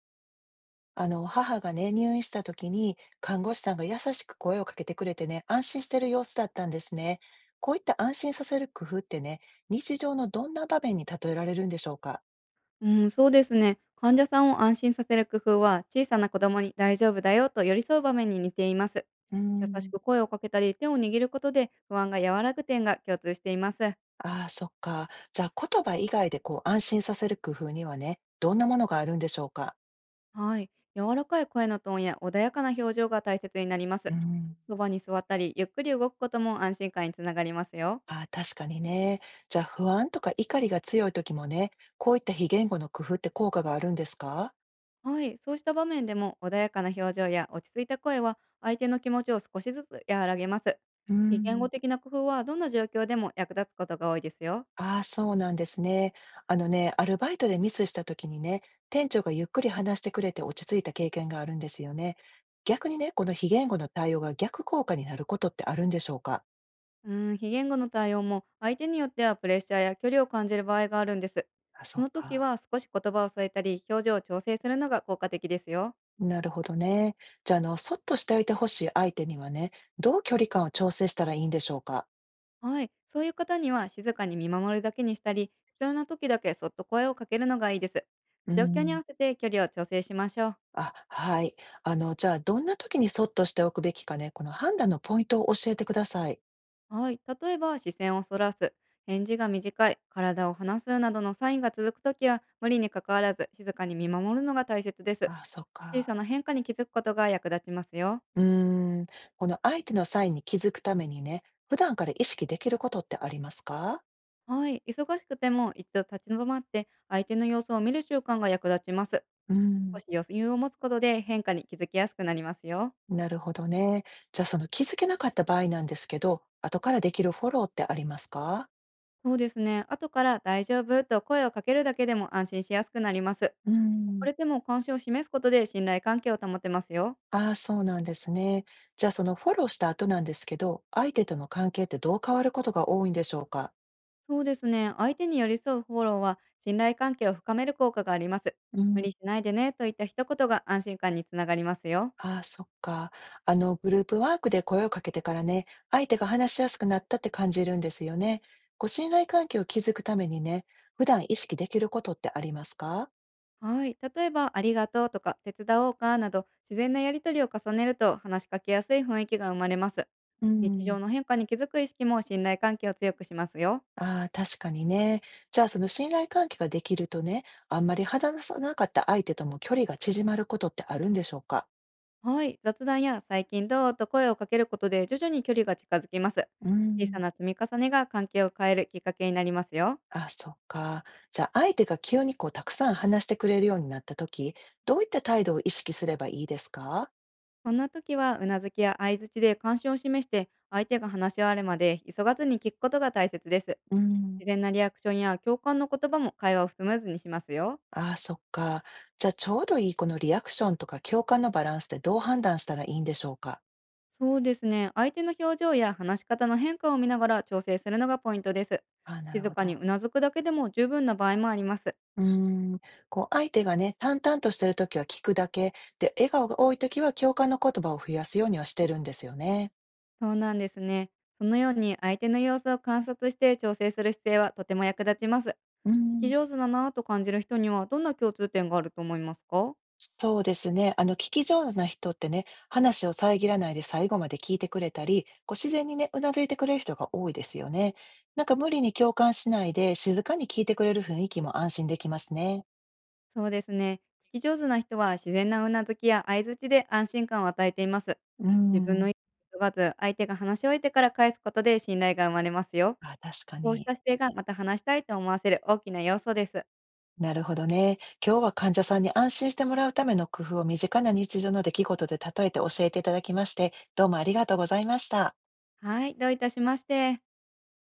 母がね、入院した時に、看護師さんが優しく声をかけてくれてね、安心してる様子だったんですね。こういった安心させる工夫ってね、日常のどんな場面に例えられるんでしょうか。うん、そうですね。患者さんを安心させる工夫は、小さな子供に大丈夫だよと寄り添う場面に似ています。うー優しん。く声をかけたり、手を握ることで不安が和らぐ点が共通しています。ああ、そっか。じゃあ、言葉以外で安心させる工夫にはね、どんなものがあるんでしょうか。はい。柔らかい声のトーンや穏やかな表情が大切になりまうす。ん。そばに座ったり、ゆっくり動くことも安心感につながりますよ。ああ、確かにね。じゃあ、不安とか怒りが強い時もね、こういった非言語の工夫って効果があるんですか。はい。そうした場面でも、穏やかな表情や落ち着いた声は、相手の気持ちを少しずつ和らげます。うー非言ん。語的な工夫は、どんな状況でも役立つことが多いですよ。ああ、そうなんですね。あのね、アルバイトでミスした時にね、店長がゆっくり話してくれて落ち着いた経験があるんですよね。逆にね、この非言語の対応が逆効果になることってあるんでしょうか。うーん、非言語の対応も相手によってはプレッシャーや距離を感じる場合があるんです。あ、そそうの時か。は少し言葉を添えたり、表情を調整するのが効果的ですよ。なるほどね。じゃあ、そっとしておいてほしい相手にはね、どう距離感を調整したらいいんでしょうか。はい、そういう方には静かに見守るだけにしたり、必要な時だけそっと声をかけるのがいいです。う状況に合ん。わせて距離を調整しましょう。あ、はい。じゃあ、どんな時にそっとしておくべきかね、この判断のポイントを教えてください。はい、例えば、視線をそらす、返事が短い、体を離すなどのサインが続く時は、無理に関わらず静かに見守るのが大切です。あ、そっ小さか。な変化に気づくことが役立ちますよ。うーん、この相手のサインに気づくためにね、普段から意識できることってありますか。はい、忙しくても一度立ち止まって相手の様子を見る習慣が役立ちます。う少ん。し余裕を持つことで変化に気づきやすくなりますよ。なるほどね。じゃあその気づけなかった場合なんですけど、後からできるフォローってありますか。そうですね。後から大丈夫と声をかけるだけでも安心しやすくなります。う遅ん。れても関心を示すことで信頼関係を保てますよ。ああ、そうなんですね。じゃあそのフォローした後なんですけど、相手との関係ってどう変わることが多いんでしょうか。そうですね。相手に寄り添うフォローは信頼関係を深める効果があります。う無ん。理しないでねといった一言が安心感につながりますよ。ああ、そっか。グループワークで声をかけてからね、相手が話しやすくなったって感じるんですよね。ご信頼関係を築くためにね、普段意識できることってありますか。はい。例えば、ありがとうとか、手伝おうかなど、自然なやりとりを重ねると、話しかけやすい雰囲気が生まれます。う日常ん。の変化に気づく意識も信頼関係を強くしますよ。ああ、確かにね。じゃあ、その信頼関係ができるとね、あんまり話さなかった相手とも距離が縮まることってあるんでしょうか。はい。雑談や最近どうと声をかけることで、徐々に距離が近づきます。う小さん。な積み重ねが関係を変えるきっかけになりますよ。ああ、そっか。じゃあ、相手が急にたくさん話してくれるようになったとき、どういった態度を意識すればいいですか。こんな時は、うなずきや相づちで関心を示して、相手が話し終わるまで急がずに聞くことが大切です。うん。自然なリアクションや共感の言葉も会話をスムーズにしますよ。ああ、そっか。じゃあ、ちょうどいいこのリアクションとか共感のバランスってどう判断したらいいんでしょうか？そうですね。相手の表情や話し方の変化を見ながら調整するのがポイントです。ああ、なる静ほかにど。うなずくだけでも十分な場合もあります。うーん、相手がね、淡々としてるときは聞くだけ、で、笑顔が多いときは共感の言葉を増やすようにはしてるんですよね。そうなんですね。そのように相手の様子を観察して調整する姿勢はとても役立ちます。う聞きん。上手だなぁと感じる人には、どんな共通点があると思いますか？そうですね。聞き上手な人ってね、話を遮らないで最後まで聞いてくれたり、こう自然にね、頷いてくれる人が多いですよね。なんか無理に共感しないで、静かに聞いてくれる雰囲気も安心できますね。そうですね。聞き上手な人は自然なうなずきや相槌で安心感を与えています。う自分ん。の意図がず、相手が話し終えてから返すことで信頼が生まれますよ。あ、確かこうしに。た姿勢がまた話したいと思わせる大きな要素です。なるほどね。今日は患者さんに安心してもらうための工夫を身近な日常の出来事で例えて教えていただきまして、どうもありがとうございました。はい、どういたしまして。